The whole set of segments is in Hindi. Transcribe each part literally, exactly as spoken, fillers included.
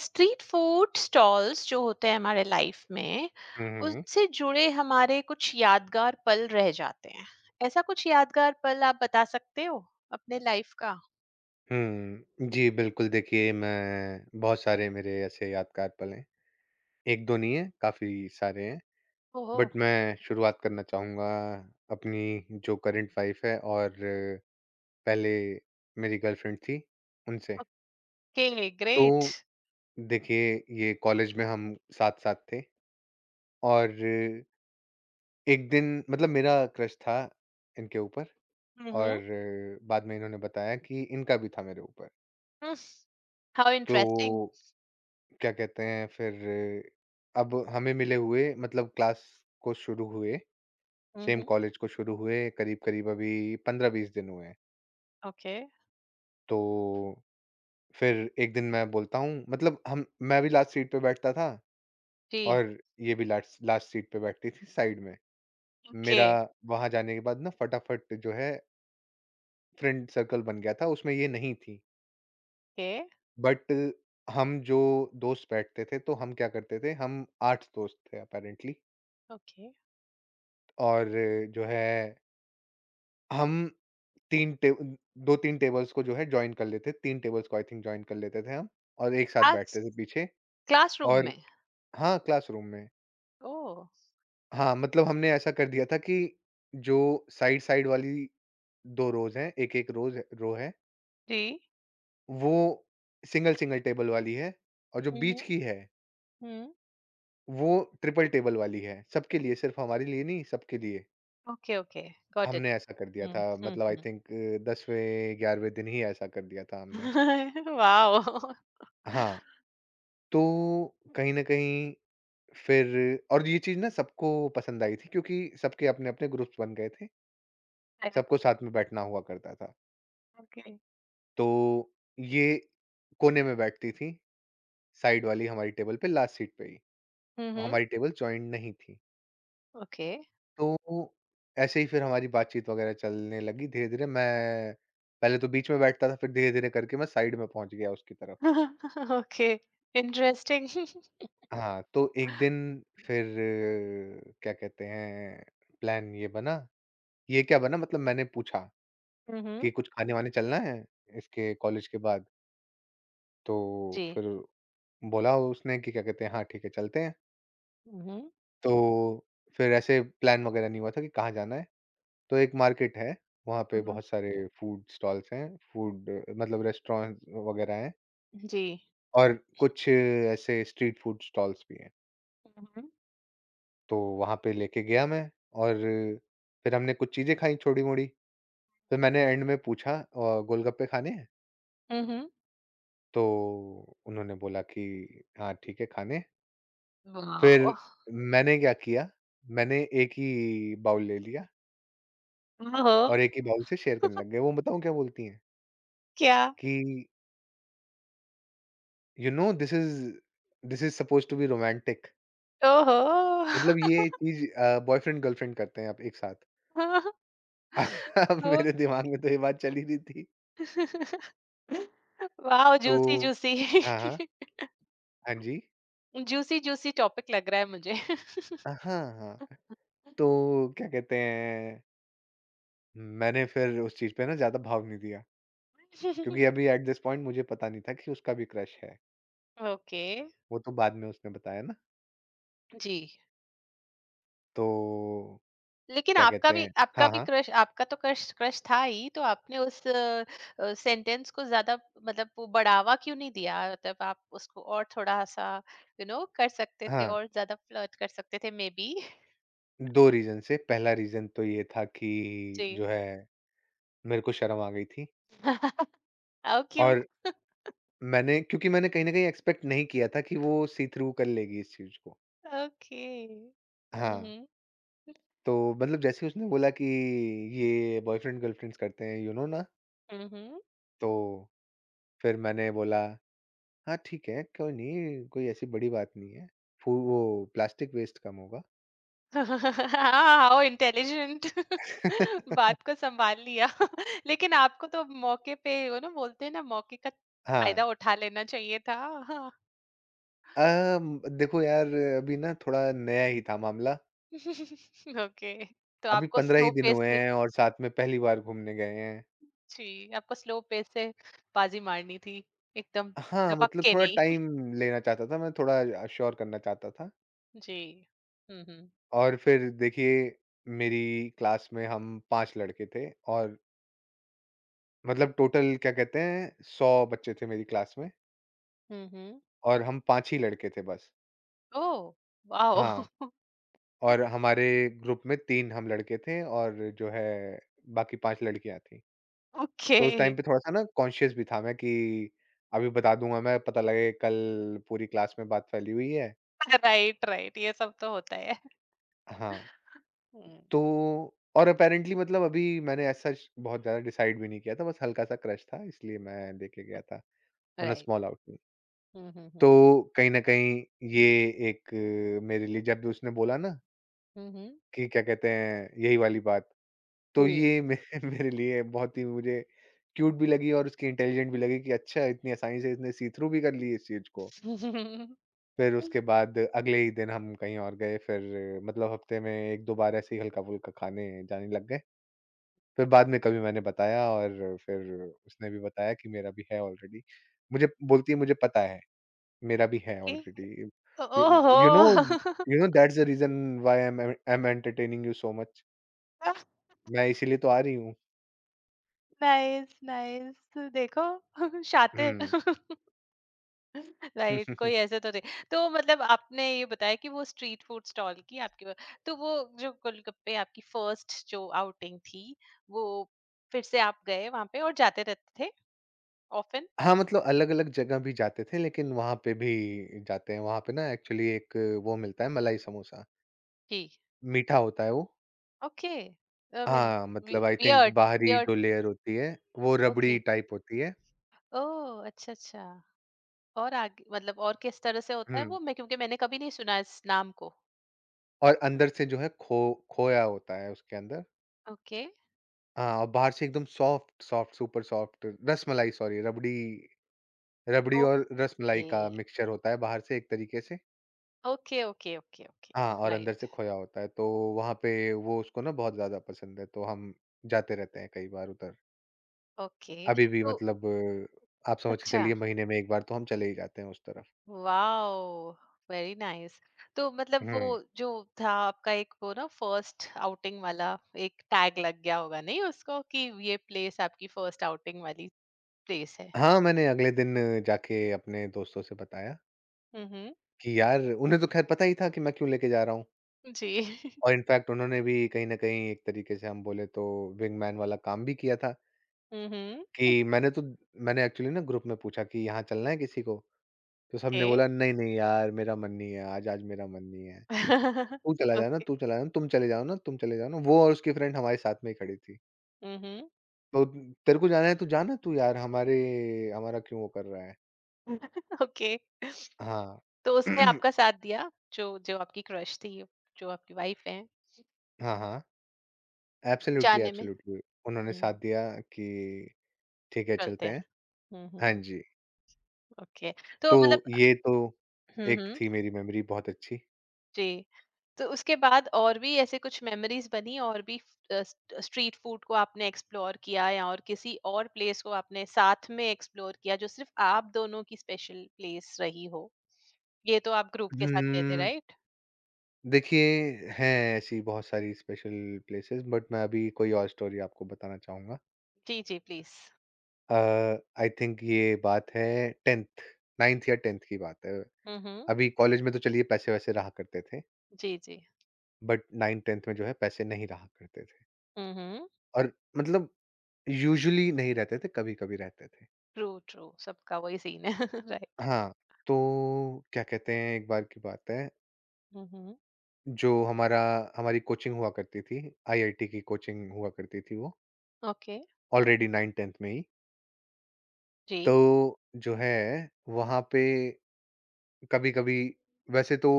स्ट्रीट फूड स्टॉल्स जो होते हैं हमारे लाइफ में हुँ, हुँ। उनसे जुड़े हमारे कुछ यादगार पल रह जाते हैं। ऐसा कुछ यादगार पल आप बता सकते हो अपने लाइफ का। हुँ। जी, बिल्कुल देखिए मैं बहुत सारे मेरे ऐसे यादगार पल हैं। एक दो नहीं है, काफ़ी सारे हैं। ओहो। बट मैं शुरुआत करना चाहूँगा अपनी जो करंट वाइफ़ है और पहले मेरी गर्लफ्रेंड थी, उनसे। ओके, तो ग्रेट। देखिए, ये कॉलेज में हम साथ-साथ थे और एक दिन मतलब मेरा क्रश था इनके ऊपर, हम्म। और बाद में इन्होंने बताया कि इनका भी था मेरे ऊपर। हाउ तो इंटरेस्टिंग। क्या कहते हैं, फिर अब हमें मिले हुए मतलब क्लास को शुरू हुए सेम हम्म। कॉलेज को शुरू हुए करीब करीब अभी पंद्रह बीस दिन हुए हैं। ओके। तो फिर एक दिन मैं बोलता हूँ मतलब हम मैं भी लास्ट सीट पे बैठता था जी। और ये भी लास्ट लास्ट सीट पे बैठती थी साइड में। ओके मेरा वहां जाने के बाद ना फटाफट जो है फ्रेंड सर्कल बन गया था, उसमें ये नहीं थी। ओके बट हम जो दोस्त बैठते थे, तो हम क्या करते थे, हम आठ दोस्त थे अपेरेंटली। ओके। और जो है, हम तीन टे दो तीन टेबल्स को जो है जॉइन कर लेते, तीन टेबल्स को आई थिंक जॉइन कर लेते थे हम, और एक साथ क्लास बैठते थे पीछे। क्लासरूम और में। हाँ, क्लासरूम में। ओ। हाँ, मतलब हमने ऐसा कर दिया था कि जो साइड-साइड वाली दो रोज़ हैं, एक-एक रोज़ रो है, जी। वो सिंगल-सिंगल टेबल वाली है, और जो बीच हम्म की है, हम्म। वो ट्रिपल टेबल वाली है, सबके लिए, सिर्फ़ हमारे लिए नहीं, सबके लिए। Okay okay, got it. हमने ऐसा कर दिया था, हम्म मतलब आई हम्म। थिंक 10वें 11वें दिन ही ऐसा कर दिया था हमने। वाओ। हाँ। तो कहीं न कहीं, फिर, और ये चीज़ ना सबको पसंद आई थी, क्योंकि सबके अपने-अपने ग्रुप्स बन गए थे, सबको साथ में बैठना हुआ करता था। ओके। तो ये कोने में बैठती थी, साइड वाली हमारी टेबल पे लास्ट सीट पे ही, और हम्म। हमारी टेबल जॉइंट नहीं थी। ओके। तो ऐसे ही फिर हमारी बातचीत वगैरह चलने लगी धीरे-धीरे। मैं पहले तो बीच में बैठता था, फिर धीरे-धीरे करके मैं साइड में पहुँच गया उसकी तरफ। Okay, interesting. हाँ, तो एक दिन फिर क्या कहते हैं, प्लान ये बना, ये क्या बना मतलब मैंने पूछा हम्म। कि कुछ खाने-वाने चलना है इसके कॉलेज के बाद? तो जी। फिर बोला उसने कि क्या कहते हैं, हाँ, ठीक है चलते हैं। हम्म तो फिर ऐसे प्लान वगैरह नहीं हुआ था कि कहाँ जाना है। तो एक मार्केट है, वहाँ पे हम्म, बहुत सारे फूड स्टॉल्स हैं, फूड मतलब रेस्टोरेंट वगैरह हैं, जी। और कुछ ऐसे स्ट्रीट फूड स्टॉल्स भी हैं। हम्म तो वहाँ पे लेके गया मैं, और फिर हमने कुछ चीज़ें खाई छोटी-मोटी। फिर मैंने एंड में पूछा, अ, "गोलगप्पे खाने हैं?" हम्म। तो उन्होंने बोला कि हाँ ठीक है खाने। फिर वाओ। मैंने क्या किया, मैंने एक ही बाउल ले लिया, ओहो। और एक ही बाउल से शेयर करने लग गए। वो बताऊँ क्या बोलती हैं क्या? कि you know, this is this is supposed to be romantic. ओहो। मतलब ये चीज़ अ, बॉयफ्रेंड गर्लफ्रेंड करते हैं अब एक साथ। अब ओ। मेरे दिमाग में तो ये बात चल ही रही थी। वाओ, तो जूसी जूसी। हाँ, हाँ। हाँ जी। जूसी जूसी टॉपिक लग रहा है मुझे। अ, हाँ, हाँ। तो क्या कहते हैं, मैंने फिर उस चीज़ पे ना ज़्यादा भाव नहीं दिया, क्योंकि अभी एट दिस पॉइंट मुझे पता नहीं था कि उसका भी क्रश है। ओके। वो तो बाद में उसने बताया ना। जी, तो लेकिन क्या आपका कहते भी, हैं, आपका हाँ, भी हाँ। क्रश, आपका तो क्रश क्रश था ही, तो आपने उस सेंटेंस को ज्यादा, मतलब वो बढ़ावा क्यों नहीं दिया? मतलब आप उसको और थोड़ा सा यू नो कर सकते थे, हाँ, और ज्यादा फ्लर्ट कर सकते थे मे बी। दो रीज़न से। पहला रीज़न तो ये था कि जी। जो है मेरे को शर्म आ गई थी, हाउ और क्यूट। मैंने क्योंकि मैंने कहीं न कहीं एक्सपेक्ट नहीं किया था कि वो सी थ्रू कर लेगी इस चीज़ को। ओके। हाँ, हम्म तो मतलब जैसे ही उसने बोला कि ये बॉयफ्रेंड गर्लफ्रेंड्स करते हैं, यू नो ना? हम्म। तो फिर मैंने बोला, हाँ, ठीक है, कोई नहीं, कोई ऐसी बड़ी बात नहीं है। फू, वो प्लास्टिक वेस्ट कम होगा। हाँ, हाउ इंटेलिजेंट। बात को संभाल लिया लेकिन आपको तो मौके पे, वो ना बोलते हैं ना, मौके का हाँ। फायदा उठा लेना चाहिए था। अम, देखो यार, अभी ना थोड़ा नया ही था मामला। ओके, तो अभी आपको पंद्रह ही स्लो दिन पेस हुए से, हैं और साथ में पहली बार घूमने गए हैं। जी, आपको स्लो पेस से बाजी मारनी थी एकदम, हाँ, लपक मतलब के थोड़ा नहीं। टाइम लेना चाहता था मैं, थोड़ा अश्योर करना चाहता था। जी। हम्म हम्म और फिर देखिए, मेरी क्लास में हम पाँच लड़के थे, और मतलब टोटल क्या कहते हैं, सौ बच्चे थे मेरी क्लास में, हम्म हम्म। और हम पाँच ही लड़के थे बस। ओ। वाओ। हाँ, और हमारे ग्रुप में तीन हम लड़के थे, और जो है, बाकी पाँच लड़कियाँ थीं। ओके। तो उस टाइम पे थोड़ा-सा ना कॉन्शियस भी था मैं कि अभी बता दूँगा मैं, पता लगे कल पूरी क्लास में बात फैली हुई है। Right right. ये सब तो होता है। हाँ, हम्म। तो और अपैरेंटली मतलब अभी मैंने एज़ सच बहुत ज़्यादा डिसाइड भी नहीं किया था, बस हल्का-सा क्रश था, इसलिए मैं लेके गया था on a right. Small outing. हम्म हम्म तो हम्म कहीं न कहीं ये एक अ, मेरे लिए, जब भी उसने बोला ना हम्म कि क्या कहते हैं, यही वाली बात, तो हम्म, ये मे मेरे लिए बहुत ही, मुझे क्यूट भी लगी और उसकी इंटेलिजेंट भी लगी कि अच्छा इतनी आसानी से इसने सी थ्रू भी कर ली इस चीज़ को। फिर उसके बाद अगले ही दिन हम कहीं और गए, फिर मतलब हफ़्ते में एक दो बार ऐसे ही हल्का-फुल्का खाने जाने लग गए। फिर बाद में कभी मैंने बताया, और फिर उसने भी बताया कि मेरा भी है ऑलरेडी। मुझे बोलती है, मुझे पता है, मेरा भी है ओके। ऑलरेडी। ओहो। You know you know that's the reason why I am I am entertaining you so much. मैं इसीलिए तो आ रही हूँ। नाइस नाइस, देखो। शातिर। हुँ। राइट, कोई ऐसे तो नहीं। तो मतलब आपने ये बताया कि वो स्ट्रीट फूड स्टॉल की आपकी वो- तो वो जो गोलगप्पे, आपकी फर्स्ट जो आउटिंग थी, वो फिर से आप गए वहां पे और जाते रहते थे ऑफन? हाँ, मतलब अलग-अलग जगह भी जाते थे, लेकिन वहाँ पे भी जाते हैं। वहाँ पे ना एक्चुअली एक वो मिलता है, मलाई समोसा, जी। मीठा होता है वो। ओके। आई मीन, हाँ, मतलब आई थिंक वियर्ड बाहरी वियर्ड। जो लेयर होती है, वो रबड़ी ओके। टाइप होती है। ओह, अच्छा अच्छा। और आगे मतलब और किस तरह से होता है हुँ, वो? मैं, क्योंकि मैंने कभी नहीं सुना इस नाम को। और अंदर से जो है खो खोया होता है उसके अंदर। ओके हाँ, और बाहर से एकदम soft soft, super soft rasmalai, sorry rabri rabri okay और रसमलाई का मिक्सचर होता है बाहर से एक तरीके से। Okay okay. Okay okay. हाँ, और अंदर राइट। से खोया होता है, तो वहाँ पे वो, उसको ना बहुत ज़्यादा पसंद है, तो हम जाते रहते हैं कई बार उधर। ओके। अभी भी तो मतलब आप समझ के अच्छा, चलिए महीने में एक बार तो हम चले ही जाते हैं उस तरफ। वाओ! Very nice. तो मतलब वो हुँ। जो था आपका, एक वो ना फर्स्ट आउटिंग वाला एक टैग लग गया होगा नहीं उसको कि ये प्लेस आपकी फर्स्ट आउटिंग वाली प्लेस है? हाँ, मैंने अगले दिन जाके अपने दोस्तों से बताया हुँ हुँ। कि यार, उन्हें तो ख़ैर पता ही था कि मैं क्यों लेके जा रहा हूँ, जी। और इनफ़ैक्ट उन्होंने भी कहीं न कहीं एक तरीके से, हम बोले तो विंगमैन वाला काम भी किया था। हुँ हुँ। कि मैंने तो मैंने एक्चुअली ना ग्रुप में पूछा कि यहाँ चलना है किसी को? तो ओके। सबने बोला, "नहीं, नहीं यार, मेरा मन नहीं है आज, आज मेरा मन नहीं है। तू चला जाना, ओके। तू चला जाना, तुम चले जाओ ना, तुम चले जाओ ना।" वो और उसकी फ्रेंड हमारे साथ में ही खड़ी थी। हुँ हुँ। तो, "तेरे को जाना है तो जा ना तू यार, हमारे हमारा क्यों वो कर रहा है?" ओके। हाँ। तो उसने आपका साथ दिया, जो जो आपकी क्रश थी, जो आपकी वाइफ हैं, हाँ, हाँ। एब्सोल्युटली, जाने में? एब्सोल्युटली। उन्होंने हुँ, साथ दिया कि ठीक है चलते चलते हैं। हैं। हुँ हाँ हुँ। जी, ओके। तो तो मतलब, ये तो हुँ एक हुँ, थी मेरी मेमोरी, बहुत अच्छी। जी। तो उसके बाद और भी ऐसे कुछ मेमोरीज़ बनी, और भी फ अ, स्ट स्ट्रीट फूड को आपने एक्सप्लोर किया या और किसी और प्लेस को आपने साथ में एक्सप्लोर किया जो सिर्फ़ आप दोनों की स्पेशल प्लेस रही हो? ये तो आप ग्रुप के साथ गए थे हुँ, राइट? देखिए, हैं ऐसी बहुत सारी स्पेशल प्लेसेस, बट मैं अभी कोई और स्टोरी आपको बताना चाहूँगा। जी जी, प्लीज़। अ, आई थिंक ये बात है टेन्थ नाइंथ या टेन्थ की बात है। हुँ हुँ। अभी कॉलेज में तो चलिए पैसे-वैसे रहा करते थे, जी जी। बट नौवीं-दसवीं में जो है पैसे नहीं रहा करते थे, हुँ हुँ। और मतलब यूजुअली नहीं रहते थे, कभी-कभी रहते थे। ट्रू ट्रू, सबका वही सीन है। राइट। हाँ, तो क्या कहते हैं, एक बार की बात है, हुँ हुँ। जो हमारा हमारी कोचिंग हुआ करती थी, आईआईटी की कोचिंग हुआ करती थी वो, ओके। ऑलरेडी नाइंथ-टेन्थ में ही। जी। तो जो है, वहाँ पे कभी-कभी, वैसे तो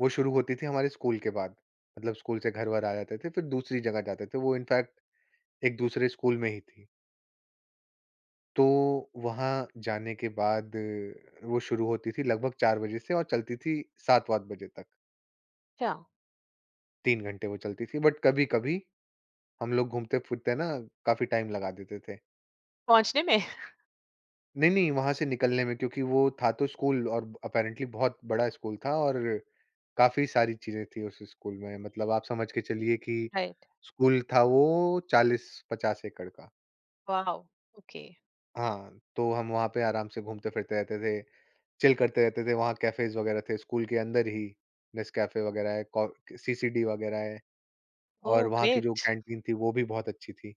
वो शुरू होती थी हमारे स्कूल के बाद, मतलब स्कूल से घर-वर आ जाते थे, फिर दूसरी जगह जाते थे, वो इनफैक्ट एक दूसरे स्कूल में ही थी। तो वहाँ जाने के बाद अ, वो शुरू होती थी लगभग चार बजे से, और चलती थी सात आठ बजे तक, अच्छा, तीन घंटे वो चलती थी, बट कभी-कभी हम लोग घूमते-फिरते ना काफ़ी टाइम लगा देते थे। पहुँचने में? नहीं, नहीं, वहाँ से निकलने में, क्योंकि वो था तो स्कूल, और अपैरेंटली बहुत बड़ा स्कूल था, और काफ़ी सारी चीज़ें थी उस स्कूल में। मतलब आप समझ के चलिए कि राइट। स्कूल था वो चालीस पचास एकड़ का। वॉव! ओके। हाँ, तो हम वहाँ पे आराम से घूमते-फिरते रहते थे, चिल करते रहते थे। वहाँ कैफ़ेज़ वगैरह थे स्कूल के अंदर ही, नेस्कैफ़े वगैरह है, कॉ सीसीडी वगैरह है, और ओह, वहाँ की जो ग्रेट! कैंटीन थी वो भी बहुत अच्छी थी।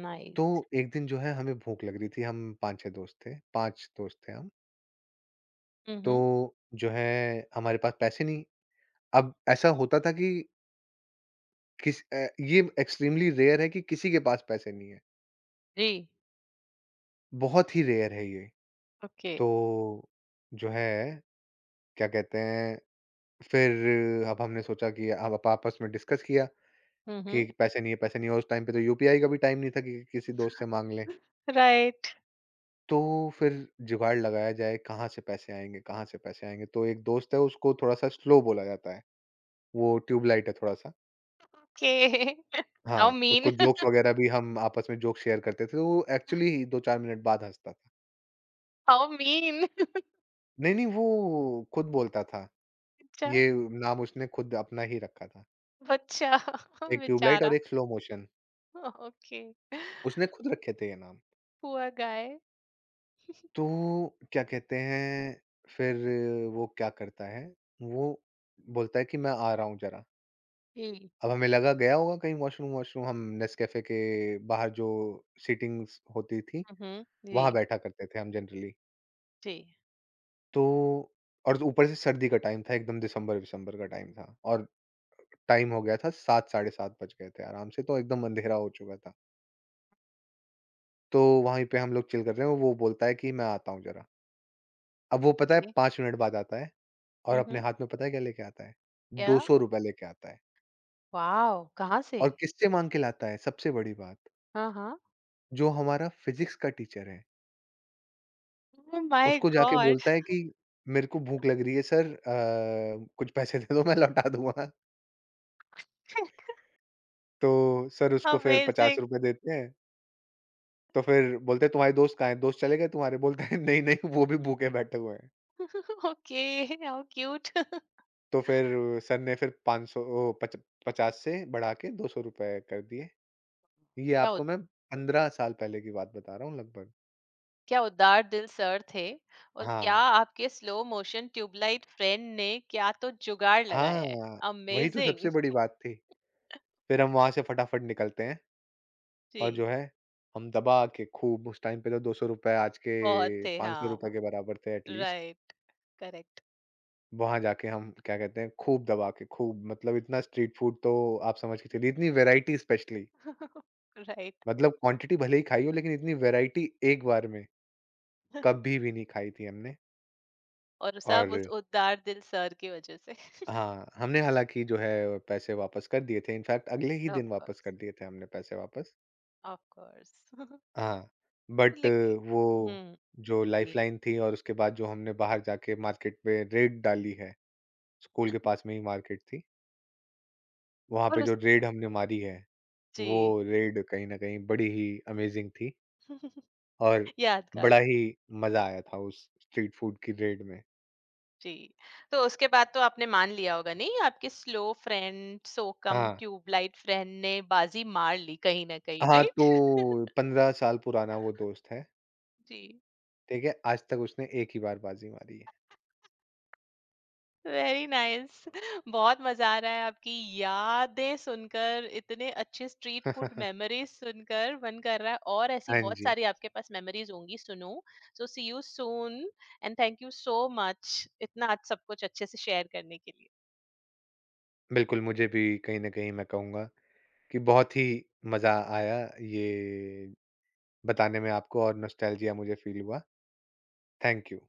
नाइस। तो एक दिन जो है, हमें भूख लग रही थी, हम पाँच छह दोस्त थे, पाँच दोस्त थे हम। हुँ हुँ। तो जो है, हमारे पास पैसे नहीं। अब ऐसा होता था कि किस अ, ये एक्सट्रीमली रेयर है कि किसी के पास पैसे नहीं है, जी। बहुत ही रेयर है ये। ओके। तो जो है, क्या कहते हैं, फिर अब हमने सोचा कि, अब आप आपस में डिस्कस किया हुँ कि हुँ। पैसे नहीं है, पैसे नहीं है, और उस टाइम पे तो यूपीआई का भी टाइम नहीं था कि किसी दोस्त से माँग लें। राइट। तो फिर जुगाड़ लगाया जाए कहाँ से पैसे आएँगे, कहाँ से पैसे आएँगे? तो एक दोस्त है, उसको थोड़ा-सा स्लो बोला जाता है, वो ट्यूबलाइट है थोड़ा-सा। ओके। हाउ हाँ, उसको मीन, जोक्स वग़ैरह भी, हम आपस में जोक शेयर करते थे, तो वो एक्चुअली दो चार मिनट बाद हँसता था। How mean. नहीं, नहीं, वो खुद बोलता था, अच्छा, ये नाम उसने खुद अपना ही रखा था। बच्चा एक ट्यूबलाइट और बेचारा। एक स्लो मोशन, ओके। उसने खुद रखे थे ये नाम। Poor guy. तो क्या कहते हैं, फिर वो क्या करता है, वो बोलता है कि मैं आ रहा हूँ ज़रा। जी। अब हमें लगा गया होगा कहीं वॉशरूम वॉशरूम। हम नेस्कैफ़े के बाहर जो सीटिंग्स होती थी, हम्म। वहाँ जी। बैठा करते थे हम जनरली। जी। तो, और तो ऊपर से सर्दी का टाइम था, एकदम दिसंबर-विसंबर का टाइम था, और टाइम हो गया था सात, साढ़े सात बज गए थे आराम से, तो एकदम अंधेरा हो चुका था। तो वहीं पे हम लोग चिल कर रहे हैं, वो बोलता है कि मैं आता हूँ ज़रा। अब वो पता है ओके। पाँच मिनट बाद आता है, और अपने हम्म। हाथ में पता है क्या लेके आता है? या, ₹दो सौ लेके आता है। वाओ, कहाँ से? और किससे माँग के लाता है सबसे बड़ी बात? हाँ हाँ। जो हमारा फ़िज़िक्स का टीचर है। ओह माय उसको जाके गॉड। बोलता है कि मेरे को भूख लग रही है सर, अ, कुछ पैसे दे दो, मैं लौटा दूँगा। तो सर उसको फिर 50 अमेजिंग। रुपए देते हैं, तो फिर बोलते हैं, तुम्हारे दोस्त कहाँ हैं? दोस्त चले गए तुम्हारे? बोलता है, नहीं, नहीं, वो भी भूखे बैठे हुए हैं। ओके। How cute. तो फिर सर ने फिर पाँच सौ ओ पच पचास से बढ़ा के ₹दो सौ कर दिए। ये क्या आपको उद- मैं पंद्रह साल पहले की बात बता रहा हूँ लगभग। क्या उदार दिल सर थे! और क्या हाँ। आपके स्लो मोशन ट्यूबलाइट फ्रेंड ने क्या तो जुगाड़ लगाया है! हाँ, वही तो अमेजिंग। सबसे बड़ी बात थी। फिर हम वहाँ से फटाफट निकलते हैं। और जो जी। है, हम दबा के खूब, उस टाइम पे तो ₹दो सौ आज के बहुत थे, ₹पाँच सौ हाँ। के बराबर थे एटलीस्ट। राइट। करेक्ट। वहाँ जाके हम, क्या कहते हैं, खूब दबा के, खूब, मतलब इतना स्ट्रीट फूड तो, आप समझ के चलिए इतनी वैरायटी स्पेशली, राइट। मतलब क्वांटिटी भले ही खाई हो, लेकिन इतनी वैरायटी एक बार में कभी भी नहीं खाई थी हमने। और सब उस और उदार दिल सर की वजह से। हाँ, हमने हालाँकि जो है पैसे वापस कर दिए थे, इनफैक्ट अगले ही ऑफ दिन वापस कर कोर्स, दिए थे हमने पैसे वापस। Of course. हाँ, बट लेकिन, वो हम्म, जो जी। लाइफ़लाइन थी, और उसके बाद जो हमने बाहर जाके मार्केट में रेड डाली है, स्कूल के पास में ही मार्केट थी, वहाँ पे और जो उस, रेड हमने मारी है, वो जी। रेड कहीं न कहीं बड़ी ही अमेज़िंग थी, और यादगार। बड़ा ही मज़ा आया था उस स्ट्रीट फूड की रेड में। जी। तो उसके बाद तो आपने मान लिया होगा नहीं, आपके स्लो फ्रेंड सोकम हाँ, ट्यूबलाइट फ्रेंड ने बाजी मार ली कहीं ना कहीं, हाँ, राइट। तो पंद्रह साल पुराना वो दोस्त है, जी। ठीक है? आज तक उसने एक ही बार बाजी मारी है। Very nice. बहुत मजा आ रहा है आपकी यादें सुनकर, इतने अच्छे स्ट्रीट फूड मेमोरीज सुनकर, मन कर रहा है, और ऐसी हाँ बहुत जी, सारी आपके पास मेमोरीज होंगी सुनो। So see you soon, and thank you so much इतना आज सब कुछ अच्छे से शेयर करने के लिए। बिल्कुल, मुझे भी कहीं न कहीं, मैं कहूँगा कि बहुत ही मज़ा आया ये बताने में आपको, और नॉस्टैल्जिया मुझे फ़ील हुआ। Thank you.